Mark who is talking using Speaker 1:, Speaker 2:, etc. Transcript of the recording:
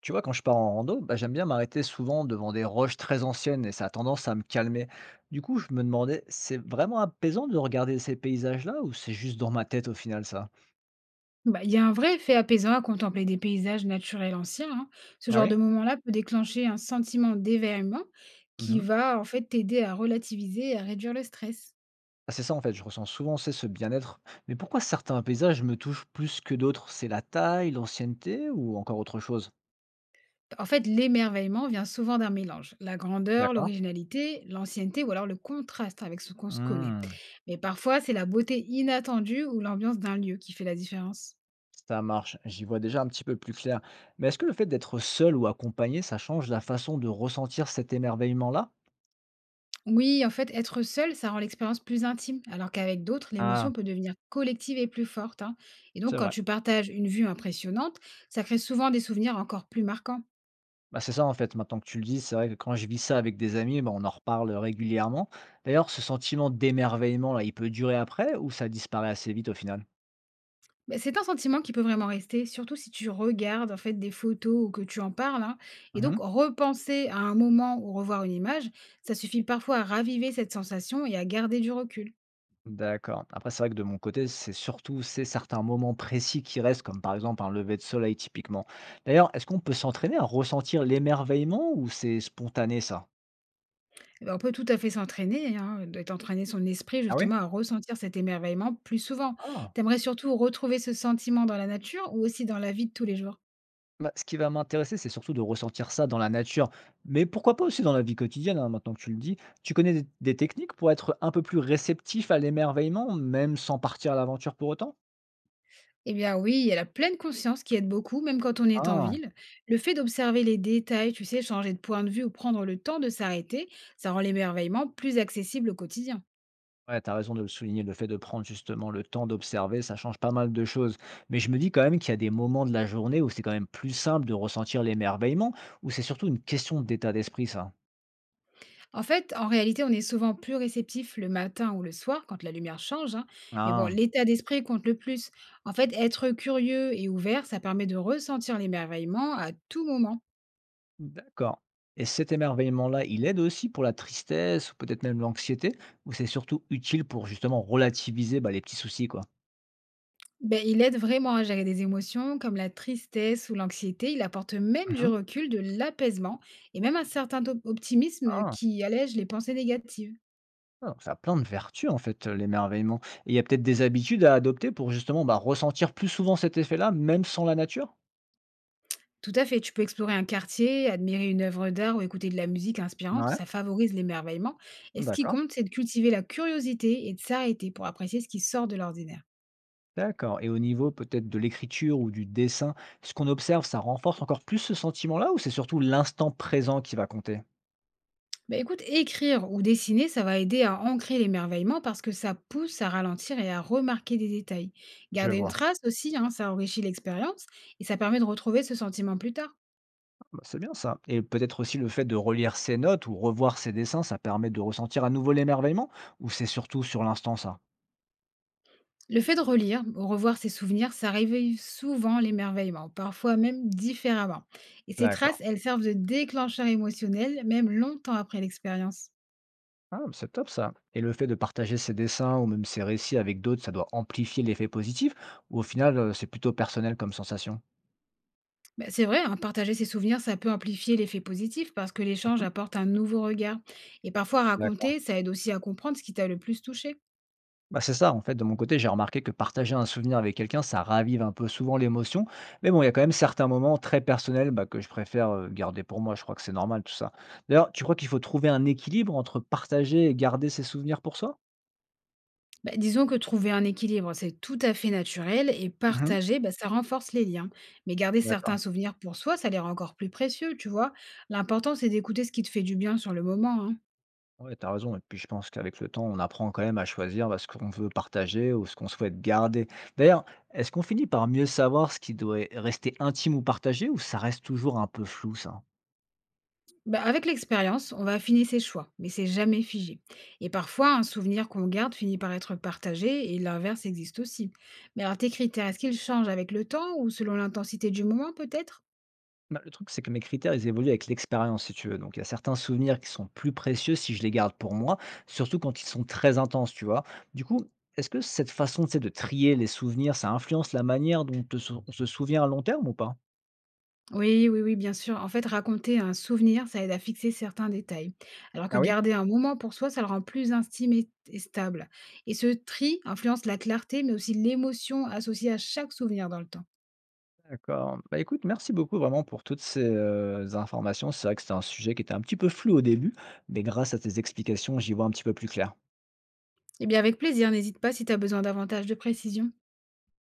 Speaker 1: Tu vois, quand je pars en rando, bah, j'aime bien m'arrêter souvent devant des roches très anciennes et ça a tendance à me calmer. Du coup, je me demandais, c'est vraiment apaisant de regarder ces paysages-là ou c'est juste dans ma tête au final ça?
Speaker 2: Bah, il y a un vrai effet apaisant à contempler des paysages naturels anciens, hein. Ce
Speaker 1: Ah
Speaker 2: genre
Speaker 1: oui?
Speaker 2: de moment-là peut déclencher un sentiment d'éveillement qui
Speaker 1: Mhm.
Speaker 2: va en fait t'aider à relativiser et à réduire le stress.
Speaker 1: Ah, c'est ça en fait, je ressens souvent c'est ce bien-être. Mais pourquoi certains paysages me touchent plus que d'autres? C'est la taille, l'ancienneté ou encore autre chose?
Speaker 2: En fait, l'émerveillement vient souvent d'un mélange. La grandeur,
Speaker 1: D'accord.
Speaker 2: l'originalité, l'ancienneté ou alors le contraste avec ce qu'on se connaît.
Speaker 1: Hmm,
Speaker 2: Mais parfois, c'est la beauté inattendue ou l'ambiance d'un lieu qui fait la différence.
Speaker 1: ça marche, j'y vois déjà un petit peu plus clair. Mais est-ce que le fait d'être seul ou accompagné, ça change la façon de ressentir cet émerveillement-là?
Speaker 2: Oui, en fait, être seul, ça rend l'expérience plus intime, alors qu'avec d'autres,
Speaker 1: Ah,
Speaker 2: l'émotion peut devenir collective et plus forte, hein. Et
Speaker 1: c'est
Speaker 2: donc, quand
Speaker 1: vrai.
Speaker 2: tu partages une vue impressionnante, ça crée souvent des souvenirs encore plus marquants.
Speaker 1: Bah, c'est ça en fait, maintenant que tu le dis, c'est vrai que quand je vis ça avec des amis, bah, on en reparle régulièrement. D'ailleurs, ce sentiment d'émerveillement là, il peut durer après ou ça disparaît assez vite au final?
Speaker 2: Mais c'est un sentiment qui peut vraiment rester, surtout si tu regardes en fait des photos ou que tu en parles, hein. Et donc,
Speaker 1: Mmh.
Speaker 2: repenser à un moment ou revoir une image, ça suffit parfois à raviver cette sensation et à garder du recul.
Speaker 1: D'accord. Après, c'est vrai que de mon côté, c'est surtout c'est certains moments précis qui restent, comme par exemple un lever de soleil typiquement. D'ailleurs, est-ce qu'on peut s'entraîner à ressentir l'émerveillement ou c'est spontané ça?
Speaker 2: Eh ben, on peut tout à fait s'entraîner, hein, d'être entraîner son esprit
Speaker 1: Ah oui?
Speaker 2: justement à ressentir cet émerveillement plus souvent.
Speaker 1: Ah!
Speaker 2: T'aimerais surtout retrouver ce sentiment dans la nature ou aussi dans la vie de tous les jours?
Speaker 1: Bah, ce qui va m'intéresser, c'est surtout de ressentir ça dans la nature, mais pourquoi pas aussi dans la vie quotidienne, hein, maintenant que tu le dis. Tu connais des techniques pour être un peu plus réceptif à l'émerveillement, même sans partir à l'aventure pour autant?
Speaker 2: Eh bien oui, il y a la pleine conscience qui aide beaucoup, même quand on est en
Speaker 1: Ah,
Speaker 2: ville. Le fait d'observer les détails, tu sais, changer de point de vue ou prendre le temps de s'arrêter, ça rend l'émerveillement plus accessible au quotidien.
Speaker 1: ouais, t'as raison de le souligner, le fait de prendre justement le temps d'observer, ça change pas mal de choses. Mais je me dis quand même qu'il y a des moments de la journée où c'est quand même plus simple de ressentir l'émerveillement, où c'est surtout une question d'état d'esprit, ça.
Speaker 2: En fait, en réalité, on est souvent plus réceptif le matin ou le soir quand la lumière change, hein. Mais bon,
Speaker 1: Ah.
Speaker 2: l'état d'esprit compte le plus. En fait, être curieux et ouvert, ça permet de ressentir l'émerveillement à tout moment.
Speaker 1: D'accord. Et cet émerveillement-là, il aide aussi pour la tristesse ou peut-être même l'anxiété, ou c'est surtout utile pour justement relativiser bah, les petits soucis, quoi?
Speaker 2: Ben, il aide vraiment à gérer des émotions comme la tristesse ou l'anxiété. Il apporte même du
Speaker 1: Mhm.
Speaker 2: recul, de l'apaisement et même un certain optimisme
Speaker 1: Ah,
Speaker 2: qui allège les pensées négatives.
Speaker 1: ah, donc ça a plein de vertus en fait, l'émerveillement. Et il y a peut-être des habitudes à adopter pour justement bah, ressentir plus souvent cet effet-là, même sans la nature?
Speaker 2: Tout à fait, tu peux explorer un quartier, admirer une œuvre d'art ou écouter de la musique inspirante,
Speaker 1: Ouais,
Speaker 2: ça favorise l'émerveillement. Et ce qui
Speaker 1: d'accord.
Speaker 2: compte, c'est de cultiver la curiosité et de s'arrêter pour apprécier ce qui sort de l'ordinaire.
Speaker 1: D'accord. Et au niveau peut-être de l'écriture ou du dessin, ce qu'on observe, ça renforce encore plus ce sentiment-là ou c'est surtout l'instant présent qui va compter?
Speaker 2: Bah écoute, écrire ou dessiner, ça va aider à ancrer l'émerveillement parce que ça pousse à ralentir et à remarquer des détails.
Speaker 1: Je
Speaker 2: Garder une
Speaker 1: vois.
Speaker 2: trace aussi, hein, ça enrichit l'expérience et ça permet de retrouver ce sentiment plus tard.
Speaker 1: Bah, c'est bien ça. Et peut-être aussi le fait de relire ses notes ou revoir ses dessins, ça permet de ressentir à nouveau l'émerveillement ou c'est surtout sur l'instant ça?
Speaker 2: Le fait de relire ou revoir ses souvenirs, ça réveille souvent l'émerveillement, parfois même différemment. Et ces
Speaker 1: D'accord.
Speaker 2: traces, elles servent de déclencheur émotionnel, même longtemps après l'expérience.
Speaker 1: Ah, mais c'est top ça. Et le fait de partager ses dessins ou même ses récits avec d'autres, ça doit amplifier l'effet positif ou au final, c'est plutôt personnel comme sensation?
Speaker 2: Bah, c'est vrai, hein, partager ses souvenirs, ça peut amplifier l'effet positif parce que l'échange apporte un nouveau regard. Et parfois,
Speaker 1: Mhm.
Speaker 2: raconter, ça aide aussi à comprendre ce qui t'a le plus touché.
Speaker 1: Bah, c'est ça, en fait, de mon côté, j'ai remarqué que partager un souvenir avec quelqu'un, ça ravive un peu souvent l'émotion. Mais bon, il y a quand même certains moments très personnels bah, que je préfère garder pour moi. Je crois que c'est normal tout ça. D'ailleurs, tu crois qu'il faut trouver un équilibre entre partager et garder ses souvenirs pour soi?
Speaker 2: Bah, disons que trouver un équilibre, c'est tout à fait naturel et
Speaker 1: Mhm.
Speaker 2: partager, bah, ça renforce les liens. Mais garder
Speaker 1: D'accord.
Speaker 2: certains souvenirs pour soi, ça les rend encore plus précieux, tu vois. L'important, c'est d'écouter ce qui te fait du bien sur le moment, hein.
Speaker 1: Ouais, t'as raison. Et puis je pense qu'avec le temps, on apprend quand même à choisir bah, ce qu'on veut partager ou ce qu'on souhaite garder. D'ailleurs, est-ce qu'on finit par mieux savoir ce qui doit rester intime ou partagé ou ça reste toujours un peu flou, ça?
Speaker 2: Bah, avec l'expérience, on va affiner ses choix, mais c'est jamais figé. Et parfois, un souvenir qu'on garde finit par être partagé et l'inverse existe aussi. Mais alors, tes critères, est-ce qu'ils changent avec le temps ou selon l'intensité du moment peut-être?
Speaker 1: Bah, le truc, c'est que mes critères, ils évoluent avec l'expérience, si tu veux. Donc, il y a certains souvenirs qui sont plus précieux si je les garde pour moi, surtout quand ils sont très intenses, tu vois. Du coup, est-ce que cette façon, tu sais, de trier les souvenirs, ça influence la manière dont on se souvient à long terme ou pas?
Speaker 2: Oui, oui, oui, bien sûr. En fait, raconter un souvenir, ça aide à fixer certains détails. Alors que
Speaker 1: Ah oui?
Speaker 2: garder un moment pour soi, ça le rend plus intime et stable. Et ce tri influence la clarté, mais aussi l'émotion associée à chaque souvenir dans le temps.
Speaker 1: D'accord. Bah écoute, merci beaucoup vraiment pour toutes ces informations. C'est vrai que c'était un sujet qui était un petit peu flou au début, mais grâce à tes explications, j'y vois un petit peu plus clair.
Speaker 2: Eh bien, avec plaisir, n'hésite pas si tu as besoin davantage de précision.